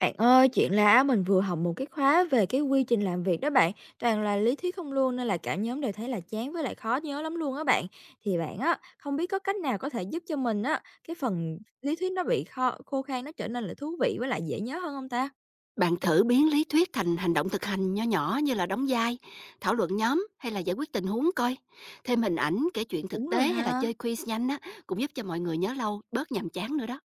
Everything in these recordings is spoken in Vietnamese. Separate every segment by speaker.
Speaker 1: Bạn ơi, chuyện là mình vừa học một cái khóa về cái quy trình làm việc đó bạn, toàn là lý thuyết không luôn nên là cả nhóm đều thấy là chán với lại khó nhớ lắm luôn á bạn. Thì bạn á, không biết có cách nào có thể giúp cho mình á, cái phần lý thuyết nó bị khô khan nó trở nên là thú vị với lại dễ nhớ hơn không ta?
Speaker 2: Bạn thử biến lý thuyết thành hành động thực hành nho nhỏ, như là đóng vai, thảo luận nhóm hay là giải quyết tình huống coi. Thêm hình ảnh, kể chuyện
Speaker 1: Đúng
Speaker 2: thực
Speaker 1: rồi
Speaker 2: tế hay là
Speaker 1: ha.
Speaker 2: chơi quiz nhanh á, cũng giúp cho mọi người nhớ lâu, bớt nhàm chán nữa đó.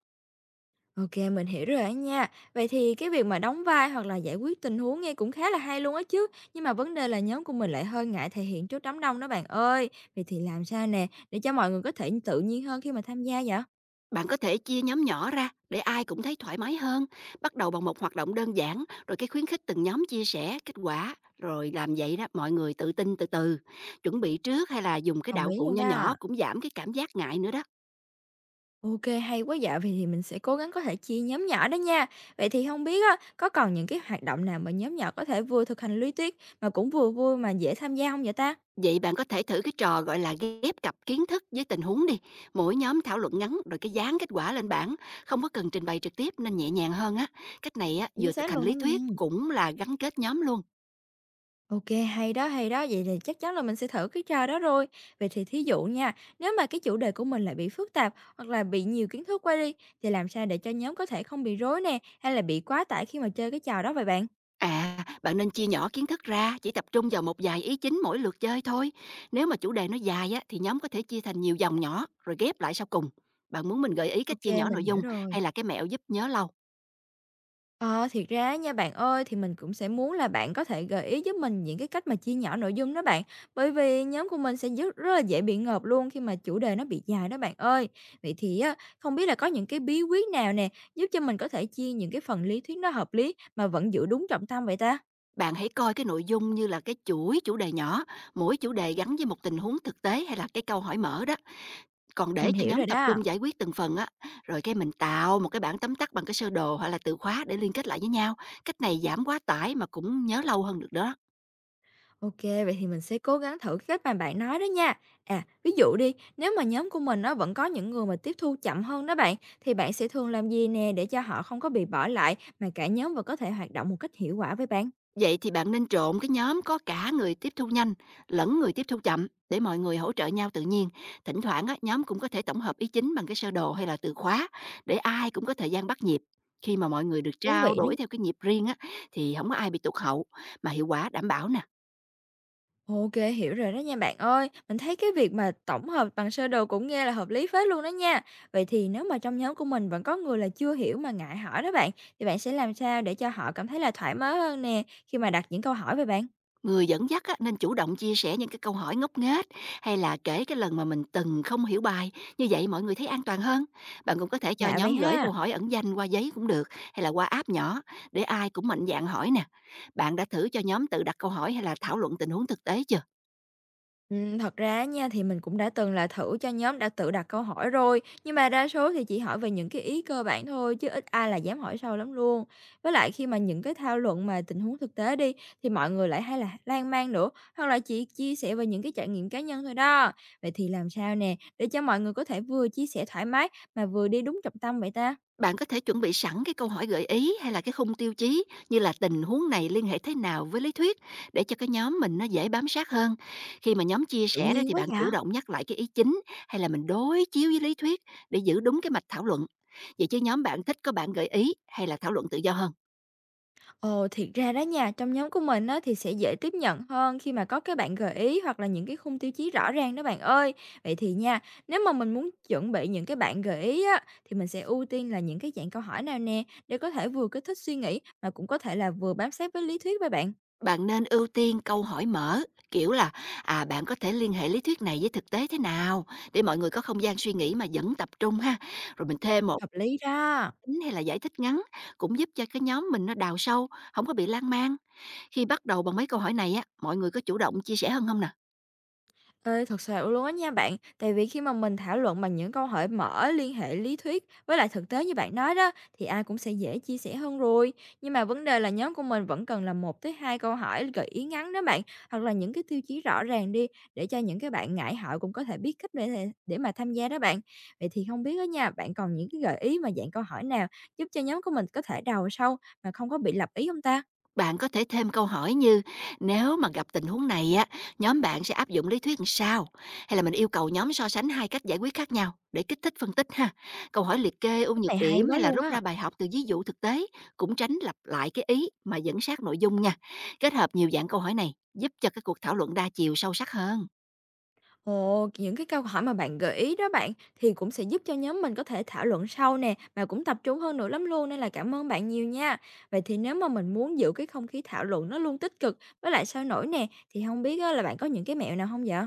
Speaker 1: OK, mình hiểu rồi á nha. Vậy thì cái việc mà đóng vai hoặc là giải quyết tình huống nghe cũng khá là hay luôn á chứ. Nhưng mà vấn đề là nhóm của mình lại hơi ngại thể hiện trước đám đông đó bạn ơi. Vậy thì làm sao nè để cho mọi người có thể tự nhiên hơn khi mà tham gia vậy?
Speaker 2: Bạn có thể chia nhóm nhỏ ra để ai cũng thấy thoải mái hơn, bắt đầu bằng một hoạt động đơn giản, rồi cái khuyến khích từng nhóm chia sẻ kết quả, rồi làm vậy đó mọi người tự tin từ từ. Chuẩn bị trước hay là dùng cái
Speaker 1: Đồng
Speaker 2: đạo
Speaker 1: ý
Speaker 2: cụ
Speaker 1: luôn
Speaker 2: nho nhỏ
Speaker 1: đó.
Speaker 2: cũng giảm cái cảm giác ngại nữa đó.
Speaker 1: OK, hay quá dạ, vậy thì mình sẽ cố gắng có thể chia nhóm nhỏ đó nha. Vậy thì không biết á, có còn những cái hoạt động nào mà nhóm nhỏ có thể vừa thực hành lý thuyết mà cũng vừa vui mà dễ tham gia không vậy ta?
Speaker 2: Vậy bạn có thể thử cái trò gọi là ghép cặp kiến thức với tình huống đi. Mỗi nhóm thảo luận ngắn rồi cái dán kết quả lên bảng, không có cần trình bày trực tiếp nên nhẹ nhàng hơn á. Cách này á,
Speaker 1: Chính
Speaker 2: vừa
Speaker 1: xác
Speaker 2: thực hành
Speaker 1: luôn đó
Speaker 2: lý
Speaker 1: nha.
Speaker 2: thuyết cũng là gắn kết nhóm luôn.
Speaker 1: OK, hay đó, vậy thì chắc chắn là mình sẽ thử cái trò đó rồi. Vậy thì thí dụ nha, nếu mà cái chủ đề của mình lại bị phức tạp hoặc là bị nhiều kiến thức quá đi, thì làm sao để cho nhóm có thể không bị rối nè, hay là bị quá tải khi mà chơi cái trò đó vậy bạn?
Speaker 2: À, bạn nên chia nhỏ kiến thức ra, chỉ tập trung vào một vài ý chính mỗi lượt chơi thôi. Nếu mà chủ đề nó dài á, thì nhóm có thể chia thành nhiều dòng nhỏ rồi ghép lại sau cùng. Bạn muốn mình gợi ý cách chia
Speaker 1: OK,
Speaker 2: nhỏ
Speaker 1: mình
Speaker 2: nội
Speaker 1: hiểu
Speaker 2: dung
Speaker 1: rồi.
Speaker 2: hay là cái mẹo giúp nhớ lâu?
Speaker 1: Ờ, thiệt ra nha bạn ơi, thì mình cũng sẽ muốn là bạn có thể gợi ý giúp mình những cái cách mà chia nhỏ nội dung đó bạn. Bởi vì nhóm của mình sẽ rất rất là dễ bị ngợp luôn khi mà chủ đề nó bị dài đó bạn ơi. Vậy thì á, không biết là có những cái bí quyết nào nè, giúp cho mình có thể chia những cái phần lý thuyết nó hợp lý mà vẫn giữ đúng trọng tâm vậy ta?
Speaker 2: Bạn hãy coi cái nội dung như là cái chuỗi chủ đề nhỏ, mỗi chủ đề gắn với một tình huống thực tế hay là cái câu hỏi mở đó. Còn để
Speaker 1: Mình
Speaker 2: cho
Speaker 1: hiểu
Speaker 2: nhóm
Speaker 1: rồi
Speaker 2: tập
Speaker 1: đó.
Speaker 2: trung giải quyết từng phần á, rồi cái mình tạo một cái bảng tóm tắt bằng cái sơ đồ hoặc là từ khóa để liên kết lại với nhau. Cách này giảm quá tải mà cũng nhớ lâu hơn được đó.
Speaker 1: OK, vậy thì mình sẽ cố gắng thử cái cách mà bạn nói đó nha. À, ví dụ đi, nếu mà nhóm của mình nó vẫn có những người mà tiếp thu chậm hơn đó bạn, thì bạn sẽ thường làm gì nè để cho họ không có bị bỏ lại mà cả nhóm vẫn có thể hoạt động một cách hiệu quả với bạn?
Speaker 2: Vậy thì bạn nên trộn cái nhóm có cả người tiếp thu nhanh lẫn người tiếp thu chậm, để mọi người hỗ trợ nhau tự nhiên. Thỉnh thoảng á, nhóm cũng có thể tổng hợp ý chính bằng cái sơ đồ hay là từ khóa, để ai cũng có thời gian bắt nhịp. Khi mà mọi người được
Speaker 1: Thú
Speaker 2: trao
Speaker 1: vị đó.
Speaker 2: đổi theo cái nhịp riêng á, thì không có ai bị tụt hậu mà hiệu quả đảm bảo nè.
Speaker 1: OK, hiểu rồi đó nha bạn ơi. Mình thấy cái việc mà tổng hợp bằng sơ đồ cũng nghe là hợp lý phết luôn đó nha. Vậy thì nếu mà trong nhóm của mình vẫn có người là chưa hiểu mà ngại hỏi đó bạn, thì bạn sẽ làm sao để cho họ cảm thấy là thoải mái hơn nè khi mà đặt những câu hỏi về bạn?
Speaker 2: Người dẫn dắt á, nên chủ động chia sẻ những cái câu hỏi ngốc nghếch hay là kể cái lần mà mình từng không hiểu bài, như vậy mọi người thấy an toàn hơn. Bạn cũng có thể cho
Speaker 1: Lạ vậy
Speaker 2: nhóm gửi
Speaker 1: ha.
Speaker 2: câu hỏi ẩn danh qua giấy cũng được, hay là qua app nhỏ để ai cũng mạnh dạn hỏi nè. Bạn đã thử cho nhóm tự đặt câu hỏi hay là thảo luận tình huống thực tế chưa?
Speaker 1: Thật ra nha, thì mình cũng đã từng là thử cho nhóm đã tự đặt câu hỏi rồi, nhưng mà đa số thì chỉ hỏi về những cái ý cơ bản thôi, chứ ít ai là dám hỏi sâu lắm luôn. Với lại khi mà những cái thảo luận mà tình huống thực tế đi, thì mọi người lại hay là lan man nữa, hoặc là chỉ chia sẻ về những cái trải nghiệm cá nhân thôi đó. Vậy thì làm sao nè, để cho mọi người có thể vừa chia sẻ thoải mái mà vừa đi đúng trọng tâm vậy ta?
Speaker 2: Bạn có thể chuẩn bị sẵn cái câu hỏi gợi ý hay là cái khung tiêu chí, như là tình huống này liên hệ thế nào với lý thuyết, để cho cái nhóm mình nó dễ bám sát hơn. Khi mà nhóm chia
Speaker 1: Tự
Speaker 2: sẻ đó
Speaker 1: nhiên
Speaker 2: thì
Speaker 1: quá
Speaker 2: bạn
Speaker 1: dạ.
Speaker 2: chủ động nhắc lại cái ý chính hay là mình đối chiếu với lý thuyết, để giữ đúng cái mạch thảo luận. Vậy chứ nhóm bạn thích có bạn gợi ý hay là thảo luận tự do hơn?
Speaker 1: Ồ, thiệt ra đó nha, trong nhóm của mình á, thì sẽ dễ tiếp nhận hơn khi mà có cái bạn gợi ý hoặc là những cái khung tiêu chí rõ ràng đó bạn ơi. Vậy thì nha, nếu mà mình muốn chuẩn bị những cái bạn gợi ý á, thì mình sẽ ưu tiên là những cái dạng câu hỏi nào nè để có thể vừa kích thích suy nghĩ mà cũng có thể là vừa bám sát với lý thuyết với bạn.
Speaker 2: Bạn nên ưu tiên câu hỏi mở, kiểu là, à, bạn có thể liên hệ lý thuyết này với thực tế thế nào, để mọi người có không gian suy nghĩ mà vẫn tập trung ha. Rồi mình thêm một
Speaker 1: Hợp lý đó.
Speaker 2: chính hay là giải thích ngắn, cũng giúp cho cái nhóm mình nó đào sâu, không có bị lan man. Khi bắt đầu bằng mấy câu hỏi này á, mọi người có chủ động chia sẻ hơn không nè?
Speaker 1: Ê, thật sự luôn á nha bạn, tại vì khi mà mình thảo luận bằng những câu hỏi mở liên hệ lý thuyết với lại thực tế như bạn nói đó thì ai cũng sẽ dễ chia sẻ hơn rồi. Nhưng mà vấn đề là nhóm của mình vẫn cần là một tới hai câu hỏi gợi ý ngắn đó bạn, hoặc là những cái tiêu chí rõ ràng đi để cho những cái bạn ngại hỏi cũng có thể biết cách để để mà tham gia đó bạn. Vậy thì không biết đó nha, bạn còn những cái gợi ý mà dạng câu hỏi nào giúp cho nhóm của mình có thể đầu sâu mà không có bị lập ý không ta?
Speaker 2: Bạn có thể thêm câu hỏi như, nếu mà gặp tình huống này á, nhóm bạn sẽ áp dụng lý thuyết làm sao? Hay là mình yêu cầu nhóm so sánh hai cách giải quyết khác nhau để kích thích phân tích ha. Câu hỏi liệt kê ưu
Speaker 1: Cái
Speaker 2: nhược
Speaker 1: này hay
Speaker 2: điểm
Speaker 1: quá
Speaker 2: hay là
Speaker 1: luôn
Speaker 2: rút
Speaker 1: á.
Speaker 2: ra bài học từ ví dụ thực tế, cũng tránh lặp lại cái ý mà dẫn sát nội dung nha. Kết hợp nhiều dạng câu hỏi này giúp cho cái cuộc thảo luận đa chiều sâu sắc hơn.
Speaker 1: Ồ, những cái câu hỏi mà bạn gợi ý đó bạn thì cũng sẽ giúp cho nhóm mình có thể thảo luận sâu nè mà cũng tập trung hơn nữa lắm luôn nên là cảm ơn bạn nhiều nha. Vậy thì nếu mà mình muốn giữ cái không khí thảo luận nó luôn tích cực với lại sôi nổi nè thì không biết á, là bạn có những cái mẹo nào không vậy?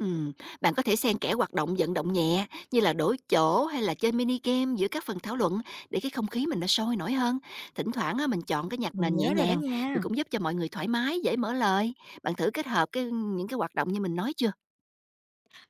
Speaker 2: Ừm, bạn có thể xen kẽ hoạt động vận động nhẹ, như là đổi chỗ hay là chơi mini game giữa các phần thảo luận, để cái không khí mình nó sôi nổi hơn. Thỉnh thoảng á, mình chọn cái nhạc
Speaker 1: Mình
Speaker 2: nền nhẹ
Speaker 1: nhớ rồi đó
Speaker 2: nhàng thì
Speaker 1: nha.
Speaker 2: cũng giúp cho mọi người thoải mái, dễ mở lời. Bạn thử kết hợp những cái hoạt động như mình nói chưa?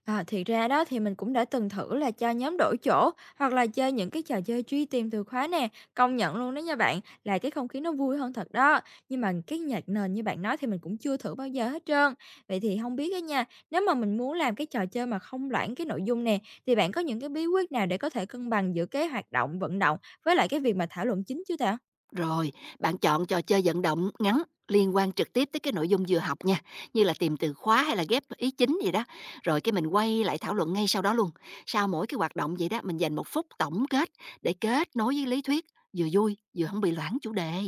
Speaker 1: À, thì ra đó thì mình cũng đã từng thử là cho nhóm đổi chỗ hoặc là chơi những cái trò chơi truy tìm từ khóa nè, công nhận luôn đó nha bạn, là cái không khí nó vui hơn thật đó. Nhưng mà cái nhạc nền như bạn nói thì mình cũng chưa thử bao giờ hết trơn. Vậy thì không biết á nha, nếu mà mình muốn làm cái trò chơi mà không loãng cái nội dung nè, thì bạn có những cái bí quyết nào để có thể cân bằng giữa cái hoạt động vận động với lại cái việc mà thảo luận chính chưa ta?
Speaker 2: Rồi, bạn chọn trò chơi vận động ngắn liên quan trực tiếp tới cái nội dung vừa học nha, như là tìm từ khóa hay là ghép ý chính gì đó. Rồi cái mình quay lại thảo luận ngay sau đó luôn. Sau mỗi cái hoạt động vậy đó, mình dành một phút tổng kết để kết nối với lý thuyết, vừa vui vừa không bị loãng chủ đề.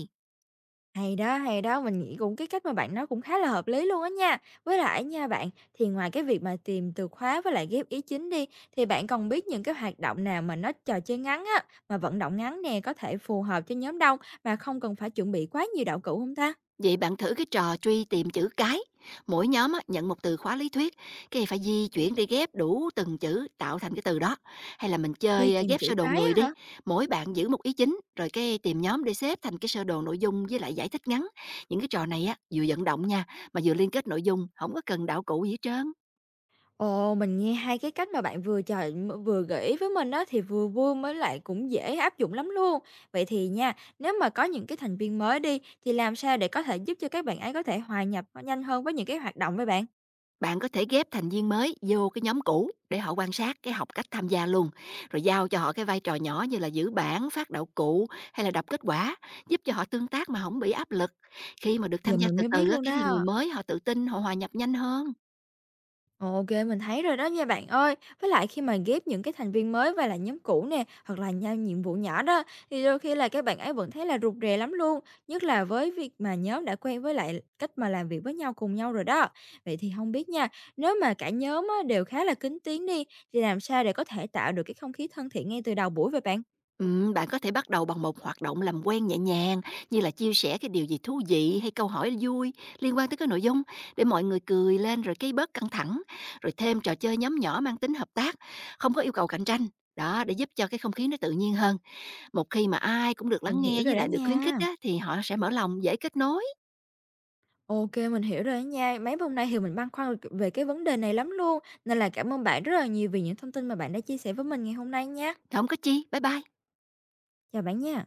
Speaker 1: Hay đó, mình nghĩ cũng cái cách mà bạn nói cũng khá là hợp lý luôn á nha. Với lại nha bạn, thì ngoài cái việc mà tìm từ khóa với lại ghép ý chính đi, thì bạn còn biết những cái hoạt động nào mà nó trò chơi ngắn á, mà vận động ngắn nè, có thể phù hợp cho nhóm đông mà không cần phải chuẩn bị quá nhiều đạo cụ không ta?
Speaker 2: Vậy bạn thử cái trò truy tìm chữ cái. Mỗi nhóm á, nhận một từ khóa lý thuyết, cái phải di chuyển để ghép đủ từng chữ tạo thành cái từ đó. Hay là mình
Speaker 1: Truy
Speaker 2: chơi, à,
Speaker 1: kìm
Speaker 2: ghép
Speaker 1: chữ
Speaker 2: sơ đồ
Speaker 1: cái
Speaker 2: người
Speaker 1: á
Speaker 2: đi.
Speaker 1: hả?
Speaker 2: Mỗi bạn giữ một ý chính, rồi cái tìm nhóm để xếp thành cái sơ đồ nội dung với lại giải thích ngắn. Những cái trò này á, vừa vận động nha, mà vừa liên kết nội dung, không có cần đạo cụ gì hết trơn.
Speaker 1: Ồ, mình nghe hai cái cách mà bạn vừa gợi ý với mình đó thì vừa vui mới lại cũng dễ áp dụng lắm luôn. Vậy thì nha, nếu mà có những cái thành viên mới đi, thì làm sao để có thể giúp cho các bạn ấy có thể hòa nhập nhanh hơn với những cái hoạt động với bạn?
Speaker 2: Bạn có thể ghép thành viên mới vô cái nhóm cũ để họ quan sát, cái học cách tham gia luôn, rồi giao cho họ cái vai trò nhỏ, như là giữ bảng, phát đạo cụ hay là đọc kết quả, giúp cho họ tương tác mà không bị áp lực. Khi mà được
Speaker 1: Giờ
Speaker 2: tham gia
Speaker 1: mình
Speaker 2: từ
Speaker 1: mới biết
Speaker 2: từ á,
Speaker 1: luôn
Speaker 2: cái thì người
Speaker 1: đó.
Speaker 2: mới họ tự tin, họ hòa nhập nhanh hơn.
Speaker 1: OK, mình thấy rồi đó nha bạn ơi. Với lại khi mà ghép những cái thành viên mới về lại nhóm cũ nè, hoặc là nhau nhiệm vụ nhỏ đó, thì đôi khi là các bạn ấy vẫn thấy là rụt rè lắm luôn, nhất là với việc mà nhóm đã quen với lại cách mà làm việc với nhau cùng nhau rồi đó. Vậy thì không biết nha, nếu mà cả nhóm á, đều khá là kính tiếng đi, thì làm sao để có thể tạo được cái không khí thân thiện ngay từ đầu buổi vậy bạn?
Speaker 2: Bạn có thể bắt đầu bằng một hoạt động làm quen nhẹ nhàng, như là chia sẻ cái điều gì thú vị hay câu hỏi vui liên quan tới cái nội dung, để mọi người cười lên rồi cái bớt căng thẳng, rồi thêm trò chơi nhóm nhỏ mang tính hợp tác, không có yêu cầu cạnh tranh. Đó, để giúp cho cái không khí nó tự nhiên hơn. Một khi mà ai cũng được
Speaker 1: Mình
Speaker 2: lắng
Speaker 1: hiểu
Speaker 2: nghe
Speaker 1: rồi
Speaker 2: với
Speaker 1: đó
Speaker 2: lại được khuyến khích
Speaker 1: nha.
Speaker 2: á, thì họ sẽ mở lòng dễ kết nối.
Speaker 1: OK, mình hiểu rồi đó nha. Mấy hôm nay thì mình băn khoăn về cái vấn đề này lắm luôn, nên là cảm ơn bạn rất là nhiều vì những thông tin mà bạn đã chia sẻ với mình ngày hôm nay nha.
Speaker 2: Không có chi. Bye bye.
Speaker 1: Chào bạn nha.